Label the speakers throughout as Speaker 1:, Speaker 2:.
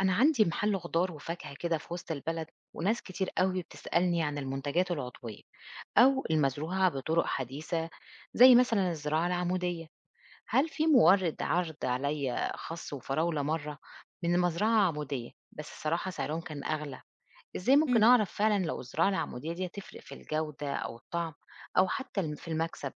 Speaker 1: أنا عندي محل خضار وفاكهة كده في وسط البلد، وناس كتير قوي بتسألني عن المنتجات العضوية أو المزروعة بطرق حديثة زي مثلا الزراعة العمودية. هل في مورد عرض عليا خس وفراولة مرة من مزرعة عمودية، بس الصراحة سعرهم كان أغلى. إزاي
Speaker 2: إمم،
Speaker 1: ممكن أعرف فعلا لو الزراعة العمودية دي تفرق في الجودة أو الطعم أو حتى في المكسب؟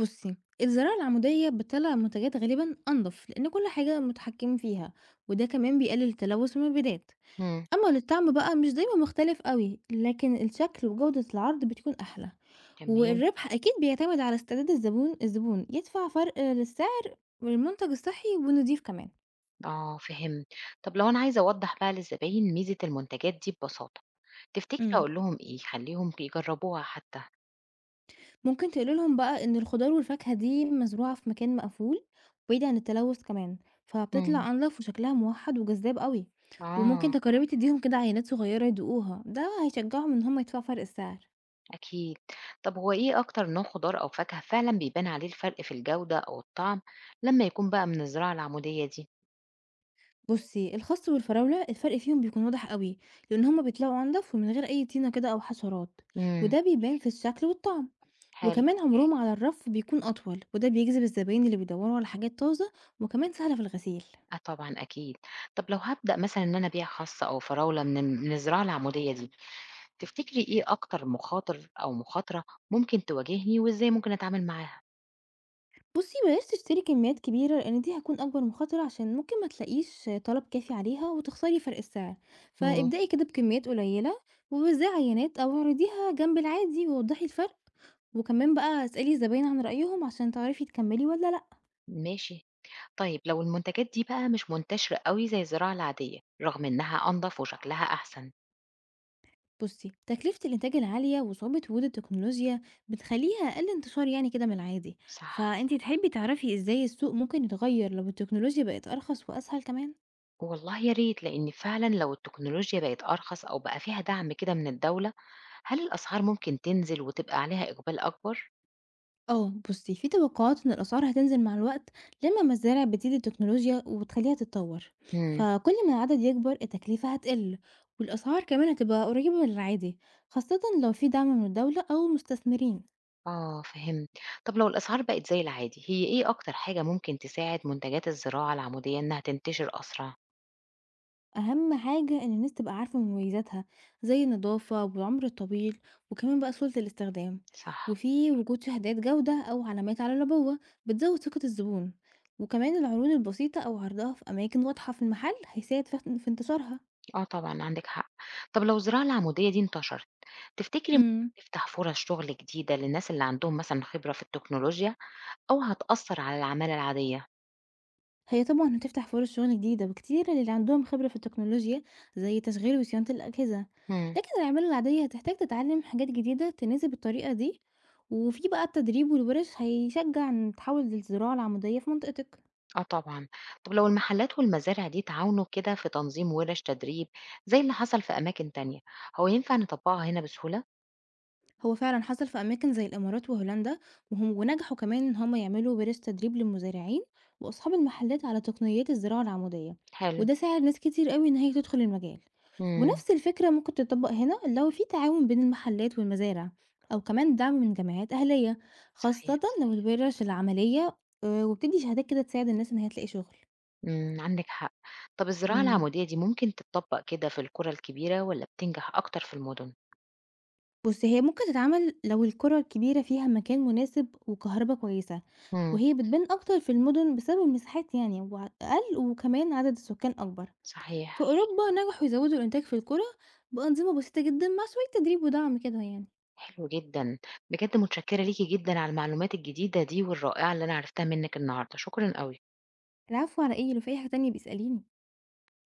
Speaker 2: بُصّي، الزراعة العمودية بتطلّع منتجات غالبًا أنضف، لإن كل حاجة متحكم فيها، وده كمان بيقلل تلوث المبيدات.
Speaker 1: مم.
Speaker 2: أمّا للطعم بقى مش دايمًا مختلف أوي، لكن الشكل وجودة العرض بتكون أحلى،
Speaker 1: تمام.
Speaker 2: والربح أكيد بيعتمد على استعداد الزبون يدفع فرق للسعر والمنتج الصحي والنضيف كمان.
Speaker 1: آه فهمت. طب لو أنا عايزة أوضح بقى للزباين ميزة المنتجات دي ببساطة، تفتكري
Speaker 2: إمم.
Speaker 1: أقول لهم إيه، يخلّيهم يجرّبوها حتى؟
Speaker 2: ممكن تقولي لهم بقى إن الخضار والفاكهة دي مزروعة في مكان مقفول بعيد عن التلوث كمان
Speaker 1: إمم.
Speaker 2: فبتطلع أنظف وشكلها موحد وجذاب قوي. وممكن
Speaker 1: آه،
Speaker 2: تجربي تديهم كده عينات صغيرة يدوقوها، ده هيشجعهم إن هم يدفعوا فرق السعر.
Speaker 1: أكيد. طب هو إيه أكتر نوع خضار أو فاكهة فعلًا بيبان عليه الفرق في الجودة أو الطعم لمّا يكون بقى من الزراعة العمودية دي؟
Speaker 2: بصي الخس والفراولة الفرق فيهم بيكون واضح قوي، لأن هما بيطلعوا أنضف ومن غير أي طينة كده أو حشرات،
Speaker 1: إمم.
Speaker 2: وده بيبان في الشكل والطعم.
Speaker 1: حلو.
Speaker 2: وكمان عمرهم على الرف بيكون أطول، وده بيجذب الزباين اللي بيدوروا على حاجات طازة، وكمان سهلة في الغسيل.
Speaker 1: آه طبعًا أكيد. طب لو هابدأ مثلًا إن أنا أبيع خاص أو فراولة من الزراعة العمودية دي، تفتكري إيه أكتر مخاطر أو مخاطرة ممكن تواجهني وإزاي ممكن أتعامل معاها؟
Speaker 2: بُصّي بلاش تشتري كميات كبيرة، لإن دي هتكون أكبر مخاطرة عشان ممكن ما تلاقيش طلب كافي عليها وتخسري فرق السعر،
Speaker 1: إمم.
Speaker 2: فابدئي كده بكميات قليلة. ووزعي عينات أو اعرضيها جنب العادي ووضّحي الفرق، وكمان بقى اسألي الزباين عن رأيهم عشان تعرفي تكمّلي والّا لأ.
Speaker 1: ماشي. طيب لو المنتجات دي بقى مش منتشرة قوي زي الزراعة العادية رغم إنها أنظف وشكلها أحسن.
Speaker 2: بُصّي، تكلفة الإنتاج العالية وصعوبة وجود التكنولوجيا بتخلّيها أقل انتشار يعني كده من العادي،
Speaker 1: صح.
Speaker 2: فأنتِ تحبي تعرفي إزاي السوق ممكن يتغيّر لو التكنولوجيا بقت أرخص وأسهل كمان؟
Speaker 1: والله يا ريت، لأن فعلا لو التكنولوجيا بقت أرخص أو بقى فيها دعم كده من الدولة، هل الأسعار ممكن تنزل وتبقى عليها إقبال أكبر؟
Speaker 2: اه بصي في توقعات ان الاسعار هتنزل مع الوقت لما المزارع بتزيد التكنولوجيا وبتخليها تتطور،
Speaker 1: مم.
Speaker 2: فكل ما العدد يكبر التكلفة هتقل، والاسعار كمان هتبقى قريبة من العادي، خاصة لو في دعم من الدولة او مستثمرين.
Speaker 1: آه فهمت. طب لو الأسعار بقت زي العادي، هي إيه أكتر حاجة ممكن تساعد منتجات الزراعة العمودية إنها تنتشر أسرع؟
Speaker 2: اهم حاجة ان الناس تبقى عارفة مميزاتها، زي النظافة والعمر الطويل، وكمان بقى سهولة الاستخدام،
Speaker 1: صح.
Speaker 2: وفي وجود شهادات جودة او علامات على العبوة بتزود ثقة الزبون، وكمان العروض البسيطة او عرضها في اماكن واضحة في المحل هيساعد في انتشارها.
Speaker 1: اه طبعا عندك حق. طب لو الزراعة العمودية دي انتشرت، تفتكري ممكن
Speaker 2: إمم.
Speaker 1: تفتح فرص شغل جديدة للناس اللي عندهم مثلًا خبرة في التكنولوجيا، أو هتأثّر على العمالة العادية؟
Speaker 2: هي طبعًا هتفتح فرص شغل جديدة وكتير للي عندهم خبرة في التكنولوجيا، زي تشغيل وصيانة الأجهزة.
Speaker 1: إمم.
Speaker 2: لكن الأعمال العادية هتحتاج تتعلم حاجات جديدة تناسب الطريقة دي، وفي بقى التدريب والورش هيشجع إن تحول للزراعة العمودية في منطقتك.
Speaker 1: آه طبعًا. طب لو المحلات والمزارع دي تعاونوا كده في تنظيم ورش تدريب زي اللي حصل في أماكن تانية، هو ينفع نطبّقها هنا بسهولة؟
Speaker 2: هو فعلا حصل في أماكن زي الإمارات وهولندا، وهم ونجحوا كمان إن هم يعملوا ورش تدريب للمزارعين وأصحاب المحلات على تقنيات الزراعة العمودية،
Speaker 1: حلو.
Speaker 2: وده ساعد ناس كتير قوي إن هي تدخل المجال.
Speaker 1: إمم.
Speaker 2: ونفس الفكرة ممكن تطبق هنا لو في تعاون بين المحلات والمزارع أو كمان دعم من جمعيات أهلية، خاصة
Speaker 1: صحيح.
Speaker 2: لو الورش العملية آه، وبتدي شهادات كده تساعد الناس إن هي تلاقي شغل.
Speaker 1: إمم، عندِك حق. طب الزراعة
Speaker 2: مم.
Speaker 1: العمودية دي ممكن تتطبّق كده في القرى الكبيرة والّا بتنجح أكتر في المدن؟
Speaker 2: بُص، هي ممكن تتعمل لو القرى الكبيرة فيها مكان مناسب وكهربا كويسة،
Speaker 1: إمم.
Speaker 2: وهي بتبان أكتر في المدن بسبب المساحات يعني وع أقل وكمان عدد السكان أكبر. في صح.
Speaker 1: صحيح.
Speaker 2: أوروبا نجحوا يزودوا الإنتاج في القرى بأنظمة بسيطة جدًا مع شوية تدريب ودعم كده يعني.
Speaker 1: حلو جدًا، بجد متشكرة ليكِ جدًا على المعلومات الجديدة دي والرائعة اللي أنا عرفتها منِّك النهارده، شكرًا أوي.
Speaker 2: العفو على إيه، لو في أي حاجة تانية بيسأليني.